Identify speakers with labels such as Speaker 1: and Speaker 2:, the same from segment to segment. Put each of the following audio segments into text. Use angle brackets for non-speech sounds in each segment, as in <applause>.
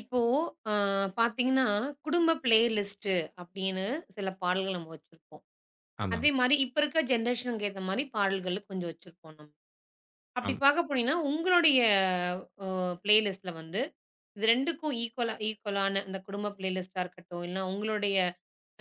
Speaker 1: இப்போ அ பாத்தீங்கன்னா, குடும்ப பிளேலிஸ்ட்டு அப்படின்னு சில பாடல்கள் நம்ம வச்சிருப்போம். அதே
Speaker 2: ஆமாங்க.
Speaker 1: மாரி இப்ப இருக்க ஜென்ரேஷனுக்கு ஏத்த மாரி பாடல்கள் கொஞ்சம் வச்சிருப்போம் நம்ம. அப்படி
Speaker 2: ஆமா.
Speaker 1: பாக்க போனீங்கன்னா, உங்களுடைய அ பிளேலிஸ்ட்ல வந்து இது 2க்கும் ஈக்குவலான அந்த குடும்ப பிளேலிஸ்ட்டா இருக்கட்டும், இல்லனா உங்களுடைய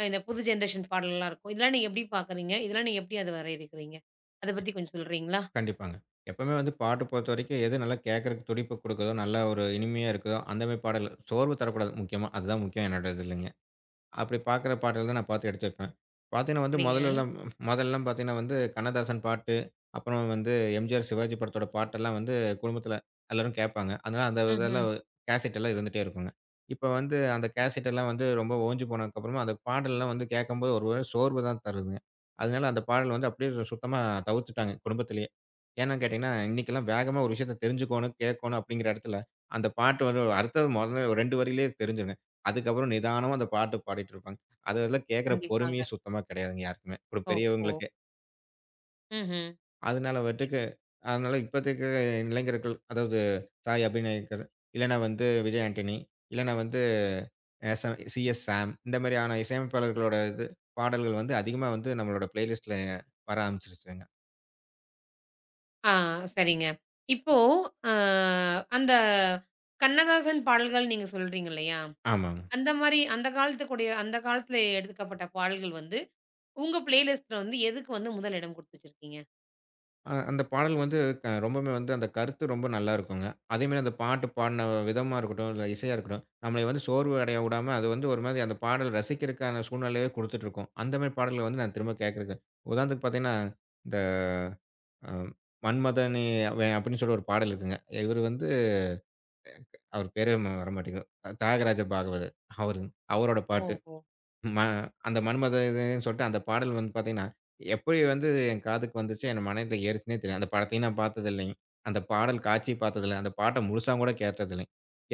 Speaker 1: இந்த புது ஜென்ரேஷன் பாடல்லாம் இருக்கும். இதெல்லாம் நீங்க எப்படி பாக்குறீங்க? இதெல்லாம் நீங்க எப்படி அத வரையறுக்கிறீங்க? அத பத்தி கொஞ்சம் சொல்றீங்களா?
Speaker 2: கண்டிப்பாங்க. எப்பவுமே வந்து பாட்டு பொறுத்தவரைக்கும் எது நல்லா கேட்கறக்கு துடிப்பு குடுக்குதோ, நல்லா ஒரு இனிமையா இருக்குதோ, அந்த மாரி பாடல். சோர்வு தரக்கூடாது முக்கியமா. அதுதான் முக்கியம் என்னோட இதுலங்க. அப்படி பார்க்குற பாடல் தான் நான் பார்த்து எடுத்து வைப்பேன். பார்த்தீங்கன்னா வந்து
Speaker 1: சரிங்க.
Speaker 2: முதல்லலாம். முதல்லாம் பார்த்தீங்கன்னா வந்து கண்ணதாசன் பாட்டு, அப்புறம் வந்து எம்ஜிஆர், சிவாஜி படத்தோட பாட்டெல்லாம் வந்து குடும்பத்தில எல்லாரும் கேட்பாங்க. அதனால அந்த
Speaker 1: ம்ஹ்ம்.
Speaker 2: இதெல்லாம் கேசட்டெல்லாம் இருந்துட்டே இருக்குங்க. இப்ப வந்து அந்த கேசட்டெல்லாம் வந்து ரொம்ப ஓஞ்சு போனதுக்கப்புறமா, அந்த பாடல்லாம் வந்து கேட்கும்போது ஒரு ஒரு சோர்வு தான் தருதுங்க. அதனால அந்த பாடல் வந்து அப்படியே சுத்தமா தவிர்த்துட்டாங்க குடும்பத்திலேயே. ஏன்னு கேட்டீங்கன்னா, இன்னைக்கெல்லாம் வேகமா ஒரு விஷயத்த தெரிஞ்சுக்கோணும், கேட்கணும் அப்படிங்கிற இடத்துல, அந்த பாட்டு வந்து அடுத்தது முதல்ல 2 வரியிலேயே தெரிஞ்சுருங்க. அதுக்கப்புறம் நிதானமா அந்த பாட்டு பாடிட்டு இருப்பாங்க. அதெல்லாம் கேட்கிற
Speaker 1: கண்டிப்பாங்க.
Speaker 2: பொறுமையே சுத்தமா கெடையாதுங்க யாருக்குமே. ஒரு
Speaker 1: ஓஹோ!
Speaker 2: பெரியவங்களுக்கு.
Speaker 1: ம்ஹ்ம்.
Speaker 2: அதனால வந்துட்டு அதனால இப்பத்த இருக்கிற இளைஞர்கள் அதாவது சாய் அபிநயக்கர், இல்லன்னா வந்து விஜய் ஆண்டனி, இல்லன்னா வந்து C S M CS Sam இந்த மாரியான இசையமைப்பாளர்களோட இது பாடல்கள் வந்து அதிகமா வந்து நம்மளோட பிளேலிஸ்ட்ல வர ஆரம்பிச்சுருச்சுங்க.
Speaker 1: ஆ, சரிங்க. இப்போ அ அந்த கண்ணதாசன் பாடல்கள் நீங்க சொல்றீங்க இல்லையா?
Speaker 2: ஆமாங்க.
Speaker 1: அந்த மாரி அந்த காலத்துல எடுக்கப்பட்ட பாடல்கள் வந்து, உங்க பிளேலிஸ்ட்ல வந்து எதுக்கு வந்து முதல் இடம் குடுத்து வச்சிருக்கீங்க?
Speaker 2: அந்த பாடல் வந்து ரொம்பவுமே வந்து அந்த கருத்து ரொம்ப நல்லா இருக்குங்க. அதேமாரி அந்த பாட்டு பாடுன விதமா இருக்கட்டும், இல்ல இசையா இருக்கட்டும், நம்மள வந்து சோர்வு அடைய விடாம அது வந்து ஒரு மாரி அந்த பாடல் ரசிக்கிறதுக்கான சூழ்நிலையே குடுத்துட்டுருக்கும். அந்த மாரி பாடல்கள வந்து நான் திரும்ப கேட்கறக்கு உதாரணத்துக்கு பார்த்தீங்கன்னா, இந்த அ மன்மதனே அவன் அப்படின்னு சொல்லி ஒரு பாடல் இருக்குங்க. இவரு வந்து அவர் பேரே வரமாட்டேங்குது. தியாகராஜ பாகவதர் அவரு அவரோட பாட்டு.
Speaker 1: ஓஹோ!
Speaker 2: ம அந்த மன்மத இதுன்னு சொல்லிட்டு அந்த பாடல் வந்து பார்த்தீங்கன்னா, எப்படி வந்து என் காதுக்கு வந்துச்சு, என் மனதில ஏறுச்சுன்னே தெரியாது. அந்த படத்தையும் நான் பார்த்தது இல்லைங்க. அந்த பாடல் காட்சி பார்த்ததில்ல. அந்த பாட்ட முழுசா கூட கேட்டதில்லை.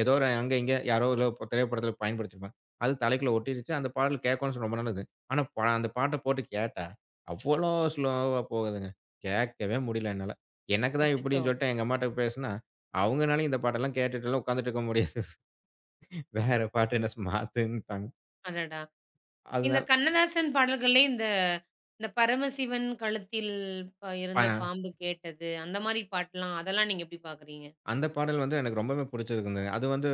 Speaker 2: ஏதோ ஒரு அங்க, இங்க யாரோ ஏதோ திரைப்படத்தில பயன்படுத்தியிருப்பாங்க. அது தலைக்குள்ள ஒட்டிருச்சு. அந்த பாடல் கேட்கணும்னு ரொம்ப நாள் இது. ஆனா, அந்த பாட்ட போட்டு கேட்டா, அவ்வளோ ஸ்லோவா போகுதுங்க. கேட்கவே முடியல என்னால. எனக்கு தான்
Speaker 1: அச்சச்சோ!
Speaker 2: இப்படின்னு சொல்லிட்டு எங்க அம்மாட்ட பேசினா, அவங்கனாலயும் இந்த பாட்டெல்லாம் கேட்டுட்டுலாம் உட்காந்துட்டு இருக்க முடியாது. <laughs> வேற பாட்டு என்ன மாத்துன்ட்டாங்க.
Speaker 1: அடடா! இந்த
Speaker 2: அதனால
Speaker 1: கண்ணதாசன் பாடல்கள்லே இந்த இந்த பரமசிவன் கழுத்தில்
Speaker 2: ப
Speaker 1: இருந்து பாம்பு கேட்டது, அந்த மாரி பாட்டுலாம் அதெல்லாம் நீங்க எப்படி பார்க்குறீங்க?
Speaker 2: அந்த பாடல் வந்து எனக்கு ரொம்பவே பிடிச்சிருக்குங்க. அது வந்து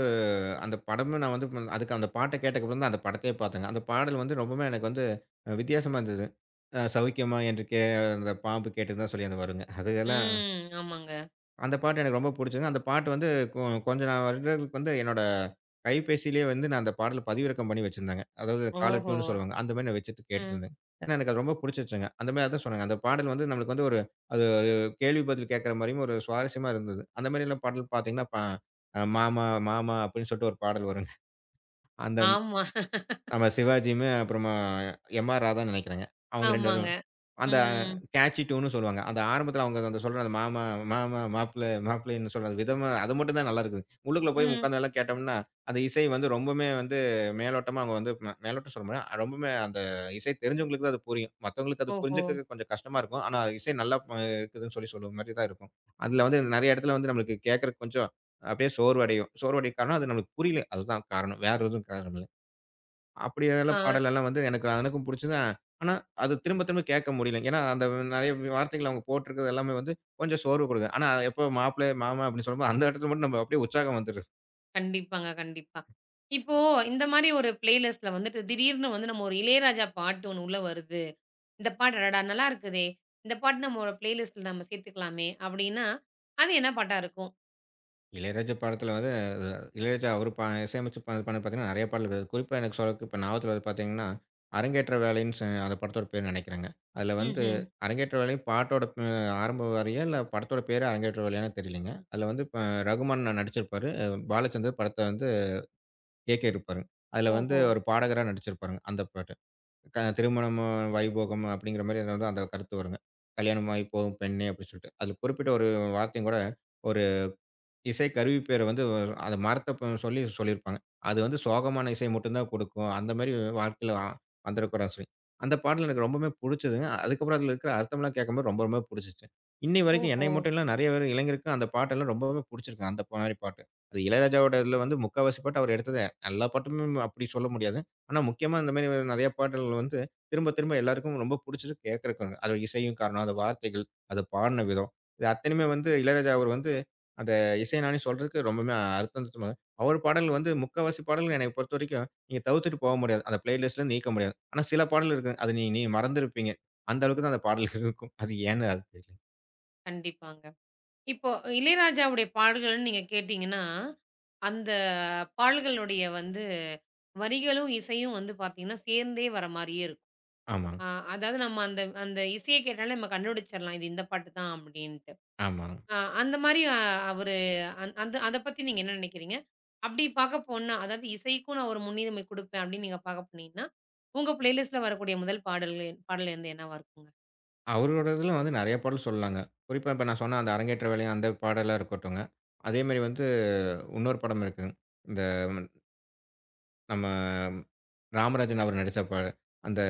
Speaker 2: அந்த படமும் நான் வந்து அதுக்கு அந்த பாட்ட கேட்டதுக்கப்புறம் தான் அந்த படத்தையே பார்த்தேங்க. அந்த பாடல் வந்து ரொம்பவுமே எனக்கு வந்து வித்தியாசமா இருந்தது. "சௌக்கியமா என்று அந்த பாம்பு கேட்டதுன்னு" தான் சொல்லி அது வருங்க. அதெல்லாம்
Speaker 1: ம். ஆமாங்க.
Speaker 2: அந்த பாட்டு எனக்கு ரொம்ப புடிச்சதுங்க. அந்த பாட்டு வந்து கொ கொஞ்ச நான் வருடங்களுக்கு வந்து என்னோட கைபேசியிலேயே வந்து நான் அந்த பாடல பதிவிறக்கம் பண்ணி வச்சிருந்தேங்க. அதாவது காலர்
Speaker 1: ஓஹோ!
Speaker 2: டியூன்னு சொல்லுவாங்க. அந்த மாரி நான் வச்சுட்டு கேட்டுட்டு
Speaker 1: ம்.
Speaker 2: இருந்தேன். ஏன்னா எனக்கு அது ரொம்ப புடிச்சிருச்சுங்க. அந்த மாரி அதான் சொன்னேங்க. அந்த பாடல் வந்து நம்மளுக்கு வந்து ஒரு அது ஒரு கேள்வி பதில் கேட்கிற மாரியும் ஒரு சுவாரஸ்யமா இருந்தது. அந்த மாரிலாம் பாடல் பார்த்தீங்கன்னா, ப அ மாமா மாமா அப்படின்னு சொல்லிட்டு ஒரு பாடல் வருங்க. அந்த
Speaker 1: ஆமா. <laughs>
Speaker 2: நம்ம சிவாஜியுமே அப்புறமா எம்.ஆர். ராதான்னு நெனைக்கிறேங்க. அவங்க 2
Speaker 1: ஆமாங்க.
Speaker 2: பேரும் அந்த
Speaker 1: ம்.
Speaker 2: கேட்சி டியூன்னு சொல்லுவாங்க. அந்த ஆரம்பத்தில அவங்க அந்த சொல்ற அந்த மாமா, மாமா, மாப்பிள்ளை, மாப்பிள்ளைன்னு சொல்ற அந்த விதமா அது மட்டும் தான் நல்லா இருக்குது. உள்ளுக்குள்ள போய்
Speaker 1: ம்.
Speaker 2: உட்கார்ந்து எல்லாம் கேட்டோம்னா, அந்த இசை வந்து ரொம்பவுமே வந்து மேலோட்டமா அவங்க வந்து மேலோட்டம் சொல்ல முடியாது. ரொம்பவுமே அந்த இசை தெரிஞ்சவங்களுக்கு தான் அது புரியும். மத்தவங்களுக்கு அது
Speaker 1: ஓஹோ!
Speaker 2: புரிஞ்சுக்க கொஞ்சம் கஷ்டமா இருக்கும். ஆனா இசை நல்லா இருக்குதுன்னு சொல்லி சொல்ற மாரி தான் இருக்கும். அதில வந்து நெறைய இடத்துல வந்து நம்மளுக்கு கேட்கறக்கு கொஞ்சம் அப்படியே சோர்வடையும். சோர்வடைய காரணம் அது நம்மளுக்கு புரியல. அதுதான் காரணம். வேற எதுவும் காரணம் இல்ல. அப்படி எல்லாம்
Speaker 1: ஆ.
Speaker 2: பாடலெல்லாம் வந்து எனக்கும் புடிச்சது. ஆனா, அது திரும்ப திரும்ப கேட்க முடியல. ஏன்னா, அந்த நெறைய வார்த்தைகள் அவங்க போட்டிருக்கிறது எல்லாமே வந்து கொஞ்சம் சோர்வு கொடுக்கும். ஆனா, எப்போ மாப்பிள்ளை, மாமா அப்படின்னு சொல்லும்போது அந்த இடத்துல மட்டும் நம்ம அப்படியே உற்சாகம் வந்துருது.
Speaker 1: கண்டிப்பாங்க, கண்டிப்பா. இப்போ இந்த மாரி ஒரு பிளேலிஸ்ட்ல வந்துட்டு திடீர்னு வந்து நம்ம ஒரு இளையராஜா பாட்டு ஒண்ணு உள்ள வருது. இந்த பாட்டு அடடா! நல்லா இருக்குதே! இந்த பாட்டு நம்ம ஒரு பிளேலிஸ்ட்ல நம்ம சேர்த்துக்கலாமே! அப்டின்னா, அது என்ன பாட்டா இருக்கும்?
Speaker 2: இளையராஜா படத்துல வந்து இளையராஜா அவரு இசையமைச்சு பண்ணது பார்த்தீங்கன்னா, நெறைய பாடல் இருக்குது. குறிப்பா எனக்கு சொல்ல இப்ப ஞாபகத்துல வருது பார்த்தீங்கன்னா, அரங்கேற்ற வேலைன்னு அந்த படத்தோட பேர் நெனைக்கிறேங்க. அதுல வந்து
Speaker 1: ம்ஹ்ம்.
Speaker 2: அரங்கேற்ற வேலை பாட்டோட ஆரம்ப வரியா இல்ல படத்தோட பேரே அரங்கேற்ற வேலையான்னு தெரியலங்க. அதுல வந்து இப்ப ரகுமான் நடிச்சிருப்பாரு. பாலச்சந்தர் படத்த வந்து ஏகே இருப்பாரு. அதுல வந்து
Speaker 1: ஓஹோ!
Speaker 2: ஒரு பாடகரா நடிச்சிருப்பாருங்க, அந்த பாட்டு. திருமணம் வைபோகம் அப்படிங்கிற மாரி ஏதாவது அந்த கருத்து வருங்க. கல்யாணமாகி போகும் பெண்ணே! அப்படின்னு சொல்லிட்டு. அதுல குறிப்பிட்ட ஒரு வார்த்தையும் கூட, இசை கருவி பேர வந்து அந்த மறத்த சொல்லி சொல்லியிருப்பாங்க. அது வந்து சோகமான இசை மட்டும் தான் கொடுக்கும். அந்த மாரி வாழ்க்கையில வந்துடக்கூடாதுன்னு சொல்லி. அந்த பாடல் எனக்கு ரொம்பவுமே புடிச்சதுங்க. அதுக்கப்புறம் அதில இருக்கிற அர்த்தம்லாம் கேட்கும்போது ரொம்ப ரொம்ப புடிச்சுச்சு. இன்னை வரைக்கும்
Speaker 1: ஓஹோ!
Speaker 2: என்னை மட்டும் இல்ல நெறைய பேர் இளைஞருக்கு அந்த பாட்டெல்லாம் ரொம்பவே புடிச்சிருக்கு. அந்த மாரி பாட்டு. அது இளையராஜாவோட இதில வந்து முக்காவாசி பாட்டு அவர் எடுத்தது எல்லா பாட்டுமே அப்படி சொல்ல முடியாது. ஆனா முக்கியமா இந்த மாரி நெறைய பாடல்கள் வந்து திரும்ப திரும்ப எல்லாருக்கும் ரொம்ப புடிச்சது கேட்கறக்குங்க. அது இசையும் காரணம், அது வார்த்தைகள், அது பாடின விதம். இது அத்தனையுமே வந்து இளையராஜா அவர் வந்து இசைஞானி சொல்றதுக்கு ரொம்பவுமே அர்த்தம் தத்துவமா இருக்கு. அவர் பாடல்கள் வந்து முக்காவாசி பாடல்கள் என்னைய பொறுத்தவரைக்கும், நீங்க தவிர்த்துட்டு போக முடியாது. அந்த பிளேலிஸ்ட்லருந்து நீக்க முடியாது. ஆனா சில பாடல் இருக்கும். அது நீ நீ மறந்திருப்பீங்க. அந்த அளவுக்கு தான் அந்த பாடல்கள் இருக்கும். அது ஏன்னு அது தெரியல.
Speaker 1: கண்டிப்பாங்க. இப்போ இளையராஜாவுடைய பாடல்கள்னு நீங்க கேட்டீங்கன்னா, அந்த பாடல்களுடைய வந்து வரிகளும், இசையும் வந்து பார்த்தீங்கன்னா, சேர்ந்தே வர மாரியே இருக்கும்.
Speaker 2: ஆமாங்க,
Speaker 1: அ அதாவது நம்ம அந்த அந்த இசைய கேட்டாலே நம்ம கண்டுபிடிச்சிடலாம். இது இந்த பாட்டு தான் அப்டின்ட்டு.
Speaker 2: ஆமாங்க.
Speaker 1: அந்த மாரி அ அவரு அந் அந்த அத பத்தி நீங்க என்ன நெனைக்கிறீங்க? அப்படி பாக்க போனா, அதாவது இசைக்கும் நான் ஒரு முன்னுரிமை குடுப்பேன் அப்படின்னு நீங்க பாக்க போனீங்கன்னா, உங்க பிளேலிஸ்ட்ல வரக்கூடிய முதல் பாடல்கள் பாடல் வந்து என்னவா இருக்குங்க?
Speaker 2: அவரோட இதுல வந்து நெறைய பாடல் சொல்லலாங்க. குறிப்பா இப்ப நான் சொன்ன அந்த அரங்கேற்ற வேலை அந்த பாடலா இருக்கட்டுங்க. அதே மாரி வந்து இன்னொரு படம் இருக்குங்க. இந்த நம்ம ராமராஜன் அவர் நடிச்ச படம். அந்த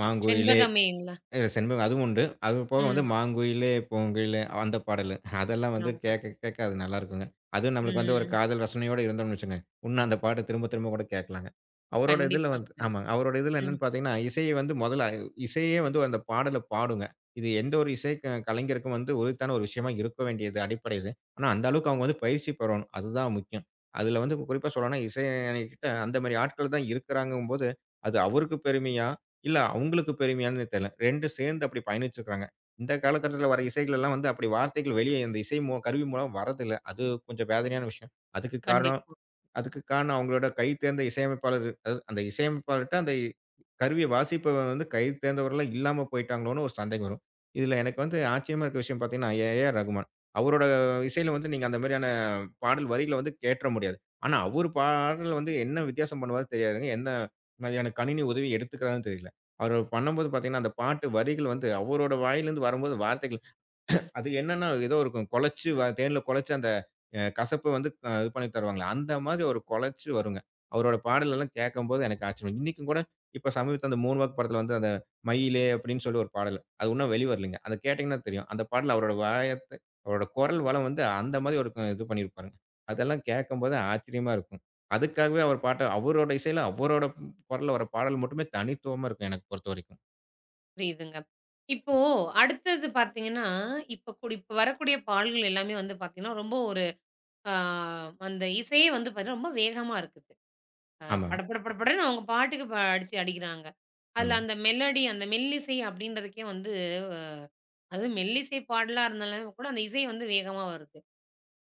Speaker 2: மாங்குயிலே
Speaker 1: செண்பகமேங்களா?
Speaker 2: இல்ல செண்பகம் அதுவும் உண்டு. அது போக வந்து
Speaker 1: ம்.
Speaker 2: "மாங்குயிலே பூங்குயிலே" அந்த பாடலு. அதெல்லாம் வந்து
Speaker 1: ஆமாங்க.
Speaker 2: கேட்க கேட்க அது நல்லாருக்குங்க. அதுவும் நம்மளுக்கு வந்து ஒரு
Speaker 1: ம்.
Speaker 2: காதல் ரசனையோட இருந்தோம்னு வச்சுக்கங்க, உன்னும் அந்த பாட்ட திரும்ப திரும்ப கூட கேட்கலாங்க. அவரோட இதுல
Speaker 1: கண்டிப்பாங்க.
Speaker 2: வந்து ஆமாங்க. அவரோட இதுல
Speaker 1: ம்.
Speaker 2: என்னன்னு பார்த்தீங்கன்னா, இசைய வந்து முதல்ல இசையே வந்து அந்த பாடல பாடுங்க. இது எந்த ஒரு இசை கலைஞருக்கும் வந்து உரித்தான ஒரு விஷயமா இருக்க வேண்டியது அடிப்படை இது. ஆனா அந்த அளவுக்கு அவங்க வந்து பயிற்சி பெறணும். அதுதான் முக்கியம். அதுல வந்து குறிப்பா சொல்லணும்னா, இசைஞானி கிட்ட அந்த மாரி ஆட்கள் தான் இருக்கிறாங்கங்கும்போது, அது அவருக்கு பெருமையா? இல்ல அவங்களுக்கு பெருமையான்னு தெரியல. 2 சேர்ந்து அப்படி பயணிச்சிருக்காங்க. இந்த காலகட்டத்தில வர இசைகள் எல்லாம் வந்து அப்படி வார்த்தைகள் வெளியே இந்த இசை கருவி மூலம் வரதில்ல. அது கொஞ்சம் வேதனையான விஷயம். அதுக்கு காரணம்
Speaker 1: கண்டிப்பா.
Speaker 2: அதுக்கு காரணம் அவங்களோட கை தேர்ந்த இசையமைப்பாளர் அது அந்த இசையமைப்பாளர்ட்ட அந்த கருவிய வாசிப்பவன் வந்து கை தேர்ந்தவர்கள்லாம் இல்லாம போயிட்டாங்களோன்னு ஒரு சந்தேகம் வரும். இதுல எனக்கு வந்து ஆச்சரியமா இருக்க விஷயம் பார்த்தீங்கன்னா, ஏ.ஆர். ரகுமான். அவரோட இசையில வந்து நீங்க அந்த மாரியான பாடல் வரிகள வந்து கேட்ற முடியாது. ஆனா, அவரு பாடல்ல வந்து என்ன வித்தியாசம் பண்ணுவாருன்னு தெரியாதுங்க. என்ன மாதிரியான கணினி உதவி எடுத்துக்கிறாருன்னு தெரியல. அவரு பண்ணும்போது பார்த்தீங்கன்னா, அந்த பாட்டு வரிகள் வந்து அவரோட வாயிலிருந்து வரும்போது வார்த்தைகள் அது என்னன்னா, ஏதோ இருக்கும். குழச்சு வ தேன்ல குழச்சு அந்த கசப்பு வந்து இது பண்ணி தருவாங்கல்ல. அந்த மாதிரி ஒரு குழச்சு வருங்க. அவரோட பாடலெல்லாம் கேட்கும்போது எனக்கு ஆச்சரியம். இன்னைக்கும் கூட இப்ப சமீபத்தில அந்த 3 வாக்கு படத்தில வந்து அந்த மயிலே அப்படின்னு சொல்லி ஒரு பாடல். அது இன்னும் வெளிவரலைங்க. அத கேட்டீங்கன்னா தெரியும். அந்த பாடல் அவரோட வாயத்த அவரோட குரல் வளம் வந்து அந்த மாதிரி ஒரு இது பண்ணியிருப்பாருங்க. அதெல்லாம் கேட்கும்போது ஆச்சரியமா இருக்கும். அதுக்காகவே அவர் பாட்ட அவரோட இசையில அவரோட குரல்ல வர பாடல் மட்டுமே தனித்துவமா இருக்கும் எனக்கு பொறுத்தவரைக்கும்.
Speaker 1: புரியுதுங்க. இப்போ அடுத்தது பாத்தீங்கன்னா, இப்ப வரக்கூடிய பாடல்கள் எல்லாமே வந்து பாத்தீங்கன்னா, ரொம்ப ஒரு ஆ அந்த இசையே வந்து பாத்தீங்கன்னா, ரொம்ப வேகமா இருக்குது.
Speaker 2: ஆமாங்க.
Speaker 1: படபட படபடன்னு அவங்க பாட்டுக்கு அடிச்சு அடிக்கிறாங்க. அதுல
Speaker 2: ஆமா.
Speaker 1: அந்த மெலோடி, அந்த மெல்லிசை அப்படின்றதுக்கே வந்து அதுவும் மெல்லிசை பாடலா இருந்தாலும் கூட அந்த இசை வந்து வேகமா வருது.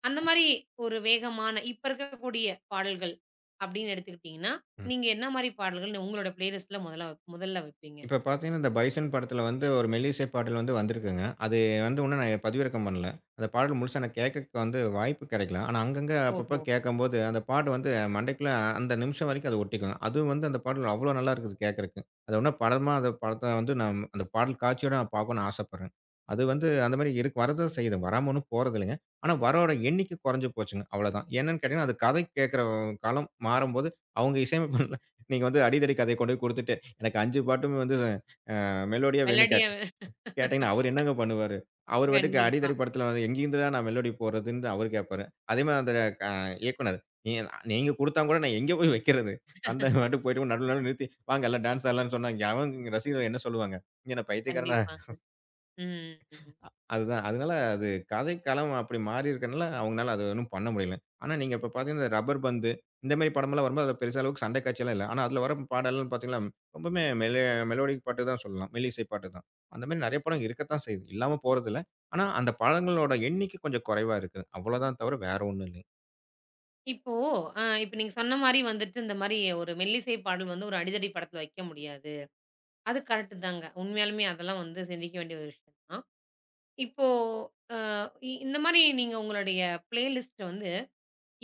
Speaker 1: அந்த மாரி ஒரு வேகமான இப்ப இருக்கக்கூடிய பாடல்கள் அப்படின்னு எடுத்துக்கிட்டீங்கன்னா, நீங்க என்ன மாரி பாடல்கள் உங்களோட பிளேலிஸ்ட்ல முதல்ல வைப்பீங்க?
Speaker 2: இப்ப பார்த்தீங்கன்னா, இந்த பைசன் படத்துல வந்து ஒரு மெல்லிசை பாடல் வந்து வந்திருக்குங்க. அது வந்து இன்னும் நான் பதிவிறக்கம் பண்ணல. அந்த பாடல் முழுசா நான் கேட்கறக்கு வந்து வாய்ப்பு கிடைக்கல. ஆனா, அங்கங்க அப்பப்ப
Speaker 1: ஓஹோ!
Speaker 2: கேட்கும்போது, அந்த பாட்டு வந்து மண்டைக்குள்ள அந்த நிமிஷம் வரைக்கும் அது ஒட்டிக்கும். அதுவும் வந்து அந்த பாடல் அவ்வளோ நல்லா இருக்குது கேட்கறக்கு. அது இன்னும் படமா அந்த படத்த வந்து நான் அந்த பாடல் காட்சியோட நான் பார்க்கணும்னு ஆசைப்படுறேன். அது வந்து அந்த மாரி இருக்கு வரதான் செய்யுது. வராம ஒண்ணும் போறதில்லைங்க. ஆனா, வரோட எண்ணிக்கை குறைஞ்சு போச்சுங்க. அவ்வளோதான். என்னன்னு கேட்டீங்கன்னா, அது கதை கேட்கிற காலம் மாறும்போது, அவங்க இசையமைப்பாளர் நீங்க வந்து அடிதடி கதைய கொண்டு போய் குடுத்துட்டு எனக்கு 5 பாட்டுமே வந்து மெலோடியா வேணும்
Speaker 1: மெலோடியா
Speaker 2: கேட்டீங்கன்னா, அவரு என்னங்க பண்ணுவாரு? அவரு பாட்டுக்கு
Speaker 1: கண்டிப்பா,
Speaker 2: அடிதடி படத்துல வந்து எங்கேருந்துடா நான் மெலோடி போடுறதுன்னு அவரு கேட்பாரு. அதே மாரி அந்த க இயக்குனர், நீ நீங்க குடுத்தா கூட நான் எங்கே போய் வைக்கிறது? சண்ட பாட்டுக்கு போயிட்டு நடுவுல நடுவுல நிறுத்தி, "வாங்க எல்லாம் டான்ஸ் ஆடலாம்ன்னு" சொன்னா, அவன் ரசிகர்கள் என்ன சொல்லுவாங்க? இங்க என்ன பைத்தியக்காரனா?
Speaker 1: கண்டிப்பாங்க. ம்.
Speaker 2: அதுதான். அதனால அது கதை களம் அப்படி மாறி இருக்கனால, அவங்கனால அது ஒண்ணும் பண்ண முடியல. ஆனா, நீங்க இப்ப பார்த்தீங்கன்னா, இந்த ரப்பர் பந்து இந்த மாரி படமெல்லாம் வரும்போது, அதில பெருசா அளவுக்கு சண்டை காட்சிலாம் இல்ல. ஆனா, அதில வர பாடல்லாம் பார்த்தீங்களா, ரொம்பவுமே மெலோடிக் பாட்டு தான் சொல்லலாம். மெல்லிசை பாட்டு தான். அந்த மாரி நெறைய படம் இருக்கத்தான் செய்யுது. இல்லாம போறதில்ல. ஆனா, அந்த படங்களோட எண்ணிக்கை கொஞ்சம் குறைவா இருக்குது. அவ்வளோதான் தவிர வேற ஒண்ணும் இல்லைங்க.
Speaker 1: இப்போ இப்ப நீங்க சொன்ன மாரி வந்துட்டு இந்த மாரி ஒரு மெல்லிசை பாடல் வந்து ஒரு அடிதடி படத்துல வைக்க முடியாது. அது கரெக்ட்டு தாங்க. உண்மையாலுமே அதெல்லாம் வந்து சிந்திக்க வேண்டிய ஒரு விஷயம் தான். இப்போ அ இ இந்த மாரி நீங்க உங்களுடைய பிளேலிஸ்ட் வந்து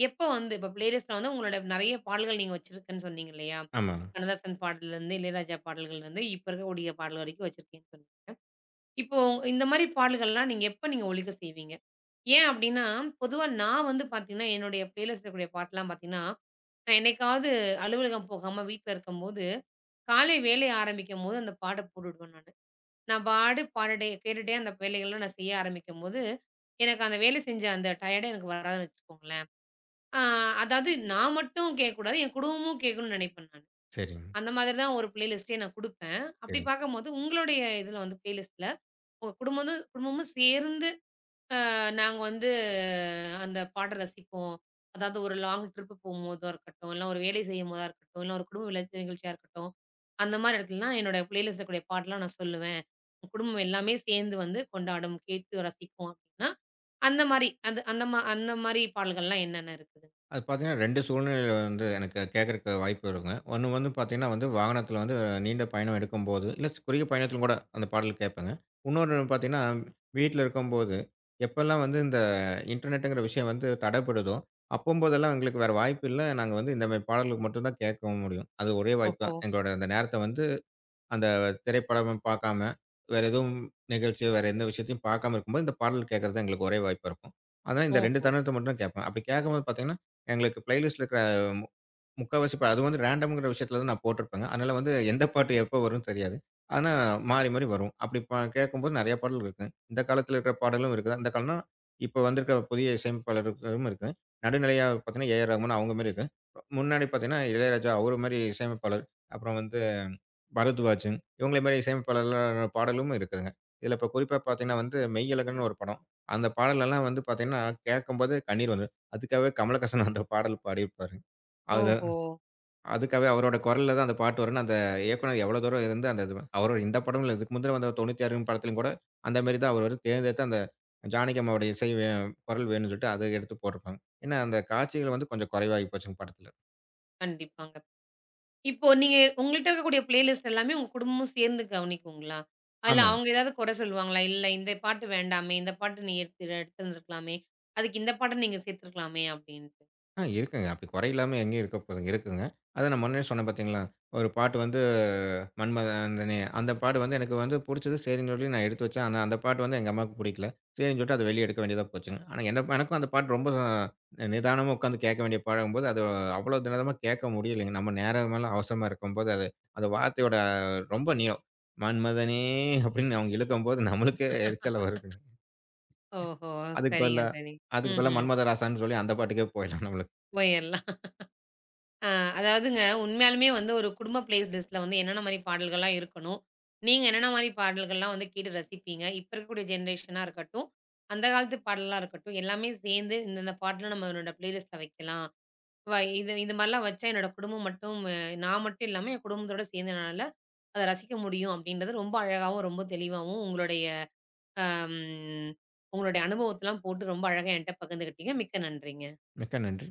Speaker 1: எப்போ வந்து இப்ப பிளேலிஸ்ட்ல வந்து உங்களோட நெறைய பாடல்கள் நீங்க வச்சிருக்கேன்னு சொன்னீங்க இல்லையா?
Speaker 2: ஆமா.
Speaker 1: கண்ணதாசன் பாடல்லேருந்து, இளையராஜா பாடல்கள்லேருந்து, இப்ப இருக்கக்கூடிய பாடல் வரைக்கும் வச்சிருக்கீங்கன்னு சொன்னீங்க. இப்போ இந்த மாரி பாடல்கள்லாம் நீங்க நீங்க ஒலிக்க செய்வீங்க? ஏன் அப்டின்னா, பொதுவா நான் வந்து பார்த்தீங்கன்னா, என்னுடைய பிளேலிஸ்ட்ல இருக்கக்கூடிய பாட்டெல்லாம் பார்த்தீங்கன்னா, நான் என்னைக்காவது அலுவலகம் போகாம வீட்ல இருக்கும்போது, காலை வேலை ஆரம்பிக்கும்போது அந்த பாட்ட போட்டு விடுவேன் நானு. நான் பாடு பாடிட்டே கேட்டுட்டே அந்த வேலைகள்லாம் நான் செய்ய ஆரம்பிக்கும்போது, எனக்கு அந்த வேலை செஞ்ச அந்த டயர்டே எனக்கு வராதுன்னு வச்சுக்கோங்களேன். ஆ அதாவது நான் மட்டும் கேட்கக்கூடாது, என் குடும்பமும் கேட்கணும்னு நினைப்பேன் நானு.
Speaker 2: சரிங்க.
Speaker 1: அந்த மாதிரி தான் ஒரு பிளேலிஸ்ட்டே நான் குடுப்பேன். அப்படி
Speaker 2: சரிங்க.
Speaker 1: பார்க்கும்போது, உங்களுடைய இதுல வந்து பிளேலிஸ்ட்ல உங்க குடும்பமும் குடும்பமும் சேர்ந்து அ நாங்க வந்து அந்த பாட்ட ரசிப்போம். அதாவது ஒரு லாங் ட்ரிப் போம்போதா இருக்கட்டும், இல்ல ஒரு வேலை செய்யும்போதா இருக்கட்டும், இல்ல ஒரு குடும்ப விளக்கு நிகழ்ச்சியா இருக்கட்டும். அந்த மாரி இடத்துலலாம் என்னோட பிளேலிஸ்ட்ல இருக்கக்கூடிய பாட்டெல்லாம் நான் சொல்லுவேன். குடும்பம் எல்லாமே சேர்ந்து வந்து கொண்டாடும், கேட்டு ரசிக்கும் அப்டின்னா, அந்த மாரி அது அந்த மா அந்த மாரி பாடல்கள்லாம் என்னென்ன இருக்குது?
Speaker 2: அது பார்த்தீங்கன்னா 2 சூழ்நிலையில வந்து எனக்கு கேட்கறக்கு வாய்ப்பு இருக்குங்க. ஒண்ணு வந்து பார்த்தீங்கன்னா வந்து வாகனத்தில வந்து நீண்ட பயணம் எடுக்கும்போது, இல்ல குறுகிய பயணத்திலும் கூட அந்த பாடல் கேட்பேங்க. இன்னொன்னு பார்த்தீங்கன்னா, வீட்ல இருக்கும்போது, எப்பல்லாம் வந்து இந்த இன்டர்நெட்டுங்கிற விஷயம் வந்து தடைப்படுதோ, அப்பம்போதெல்லாம் எங்களுக்கு வேற வாய்ப்பு இல்ல. நாங்க வந்து இந்த மாரி பாடல்களுக்கு மட்டும் தான் கேட்கவும் முடியும். அது ஒரே வாய்ப்பு
Speaker 1: ஓஹோ!
Speaker 2: தான். எங்களோட அந்த நேரத்த வந்து அந்த திரைப்படம் பார்க்காம, வேற எதுவும் நிகழ்ச்சியோ, வேற எந்த விஷயத்தையும் பார்க்காம இருக்கும்போது, இந்த பாடல் கேட்கறது தான் எங்களுக்கு ஒரே வாய்ப்பா இருக்கும். அதனால இந்த 2
Speaker 1: ஓஹோ!
Speaker 2: தருணத்த மட்டும் தான் கேட்பேன். அப்படி கேட்கும்போது பார்த்தீங்கன்னா, எங்களுக்கு பிளேலிஸ்ட்ல இருக்கிற மு முக்காவாசி அது வந்து ரேண்டம்ங்கிற விஷயத்துல தான் நான் போட்டிருப்பேங்க. அதனால வந்து எந்த பாட்டு எப்போ வரும்னு தெரியாது. ஆனா மாறி, மாறி வரும். அப்படி கேட்கும்போது நெறைய பாடல் இருக்கு. இந்த காலத்துல இருக்கிற பாடலும் இருக்குது. இந்த காலம்னா, இப்போ வந்திருக்கிற புதிய இசையமைப்பாளர்களும் இருக்கு. நடுநிலையா பார்த்தீங்கன்னா, ஏ ஆர் ரகுமான் அவங்க மாரி இருக்கு. முன்னாடி பார்த்தீங்கன்னா, இளையராஜா அவரு மாரி இசையமைப்பாளர். அப்புறம் வந்து பரத்வாஜன், இவங்கள மாரி இசையமைப்பாளர்கள் பாடலும் இருக்குதுங்க. இதில இப்ப குறிப்பா பார்த்தீங்கன்னா வந்து, மெய்யழகுன்னு ஒரு படம். அந்த பாடலெல்லாம் வந்து பார்த்தீங்கன்னா, கேட்கும்போது கண்ணீர் வந்துரும். அதுக்காகவே கமலஹாசன் அந்த பாடல் பாடியிருப்பாரு. அது
Speaker 1: ஓஹோ!
Speaker 2: அதுக்காகவே அவரோட குரல்ல தான் அந்த பாட்டு வரும்ன்னு, அந்த இயக்குனர் எவ்வளோ தூரம் இருந்து அந்த இது அவரோட இந்த படம் இல்ல. இதுக்கு முந்தின வந்த 96 படத்திலும் கூட அந்த மாரி தான் அவரு தேர்ந்தெடுத்து அந்த ஜானகி அம்மாவோட இசை குரல் வேணும்ன்னு சொல்லிட்டு அத எடுத்து போட்டிருப்பாங்க. ஏன்னா, அந்த காட்சிகள் வந்து கொஞ்சம் குறைவாகி போச்சுங்க படத்தில.
Speaker 1: கண்டிப்பாங்க. இப்போ நீங்க உங்கள்ட்ட இருக்கக்கூடிய பிளேலிஸ்ட் எல்லாமே உங்க குடும்பமும் சேர்ந்து கவனிக்குங்களா? இல்ல
Speaker 2: ஆமாங்க.
Speaker 1: அவங்க ஏதாவது குறை சொல்லுவாங்களா? இல்ல இந்த பாட்டு வேண்டாமே, இந்த பாட்டு நீ எடுத்திருந்துருக்கலாமே, அதுக்கு இந்த பாட்ட நீங்க சேர்த்துருக்கலாமே அப்டின்ட்டு.
Speaker 2: ஆ இருக்குங்க. அப்படி குறை இல்லாம எங்கேயும் இருக்க போதுங்க, இருக்குங்க. அதான் நான் முன்னாடியே சொன்னேன் பார்த்தீங்களா, ஒரு பாட்டு வந்து மன்மதனே அந்த பாட்டு வந்து எனக்கு வந்து புடிச்சது சரின்னு சொல்லி நான் எடுத்து வச்சேன். ஆனா அந்த பாட்டு வந்து எங்க அம்மாவுக்கு புடிக்கல. சரின்னு சொல்லிட்டு அத வெளிய எடுக்க வேண்டியதா போச்சுங்க. ஆனா என்ன எனக்கும் அந்த பாட்டு ரொம்ப நிதானமா உட்கார்ந்து கேட்க வேண்டிய பாடங்கும்போது, அது அவ்வளோ நிதானமா கேட்க முடியலைங்க. நம்ம நேரமெல்லாம் அவசரமா இருக்கும்போது, அது அந்த வார்த்தையோட ரொம்ப நீளம். மன்மதனே அப்படின்னு அவங்க இழுக்கும்போது நம்மளுக்கே எரிச்சலா வருதுங்க.
Speaker 1: ஓஹோ!
Speaker 2: அதுக்கு
Speaker 1: சரிங்க,
Speaker 2: பதிலா
Speaker 1: சரிங்க.
Speaker 2: அதுக்கு பதிலா
Speaker 1: ம்ஹ்ம்.
Speaker 2: மன்மதராசான்னு சொல்லி அந்த பாட்டுக்கே போயிடலாம் நம்மளுக்கு.
Speaker 1: போயிரலாம். அ அதாவதுங்க உண்மையாலுமே வந்து ஒரு குடும்ப பிளேலிஸ்ட்ல வந்து என்னென்ன மாரி பாடல்கள்லாம் இருக்கணும்? நீங்க என்னென்ன மாரி பாடல்கள்லாம் வந்து கேட்டு ரசிப்பீங்க? இப்ப இருக்கக்கூடிய ஜெனரேஷனா இருக்கட்டும், அந்த காலத்து பாடலா இருக்கட்டும், எல்லாமே சேர்ந்து இந்தந்த பாட்டுலாம் நம்மளோட பிளேலிஸ்ட்ல வைக்கலாம். இது இந்த மாரிலாம் வச்சா என்னோட குடும்பம் மட்டும் நான் மட்டும் இல்லாம என் குடும்பத்தோட சேர்ந்தனால, அத ரசிக்க முடியும் அப்படின்றது ரொம்ப அழகாவும், ரொம்ப தெளிவாவும் உங்களுடைய அம் உங்களுடைய அனுபவத்தலாம் போட்டு ரொம்ப அழகா என்ட்ட பகிர்ந்துக்கிட்டீங்க. மிக்க நன்றிங்க.
Speaker 2: மிக்க நன்றி.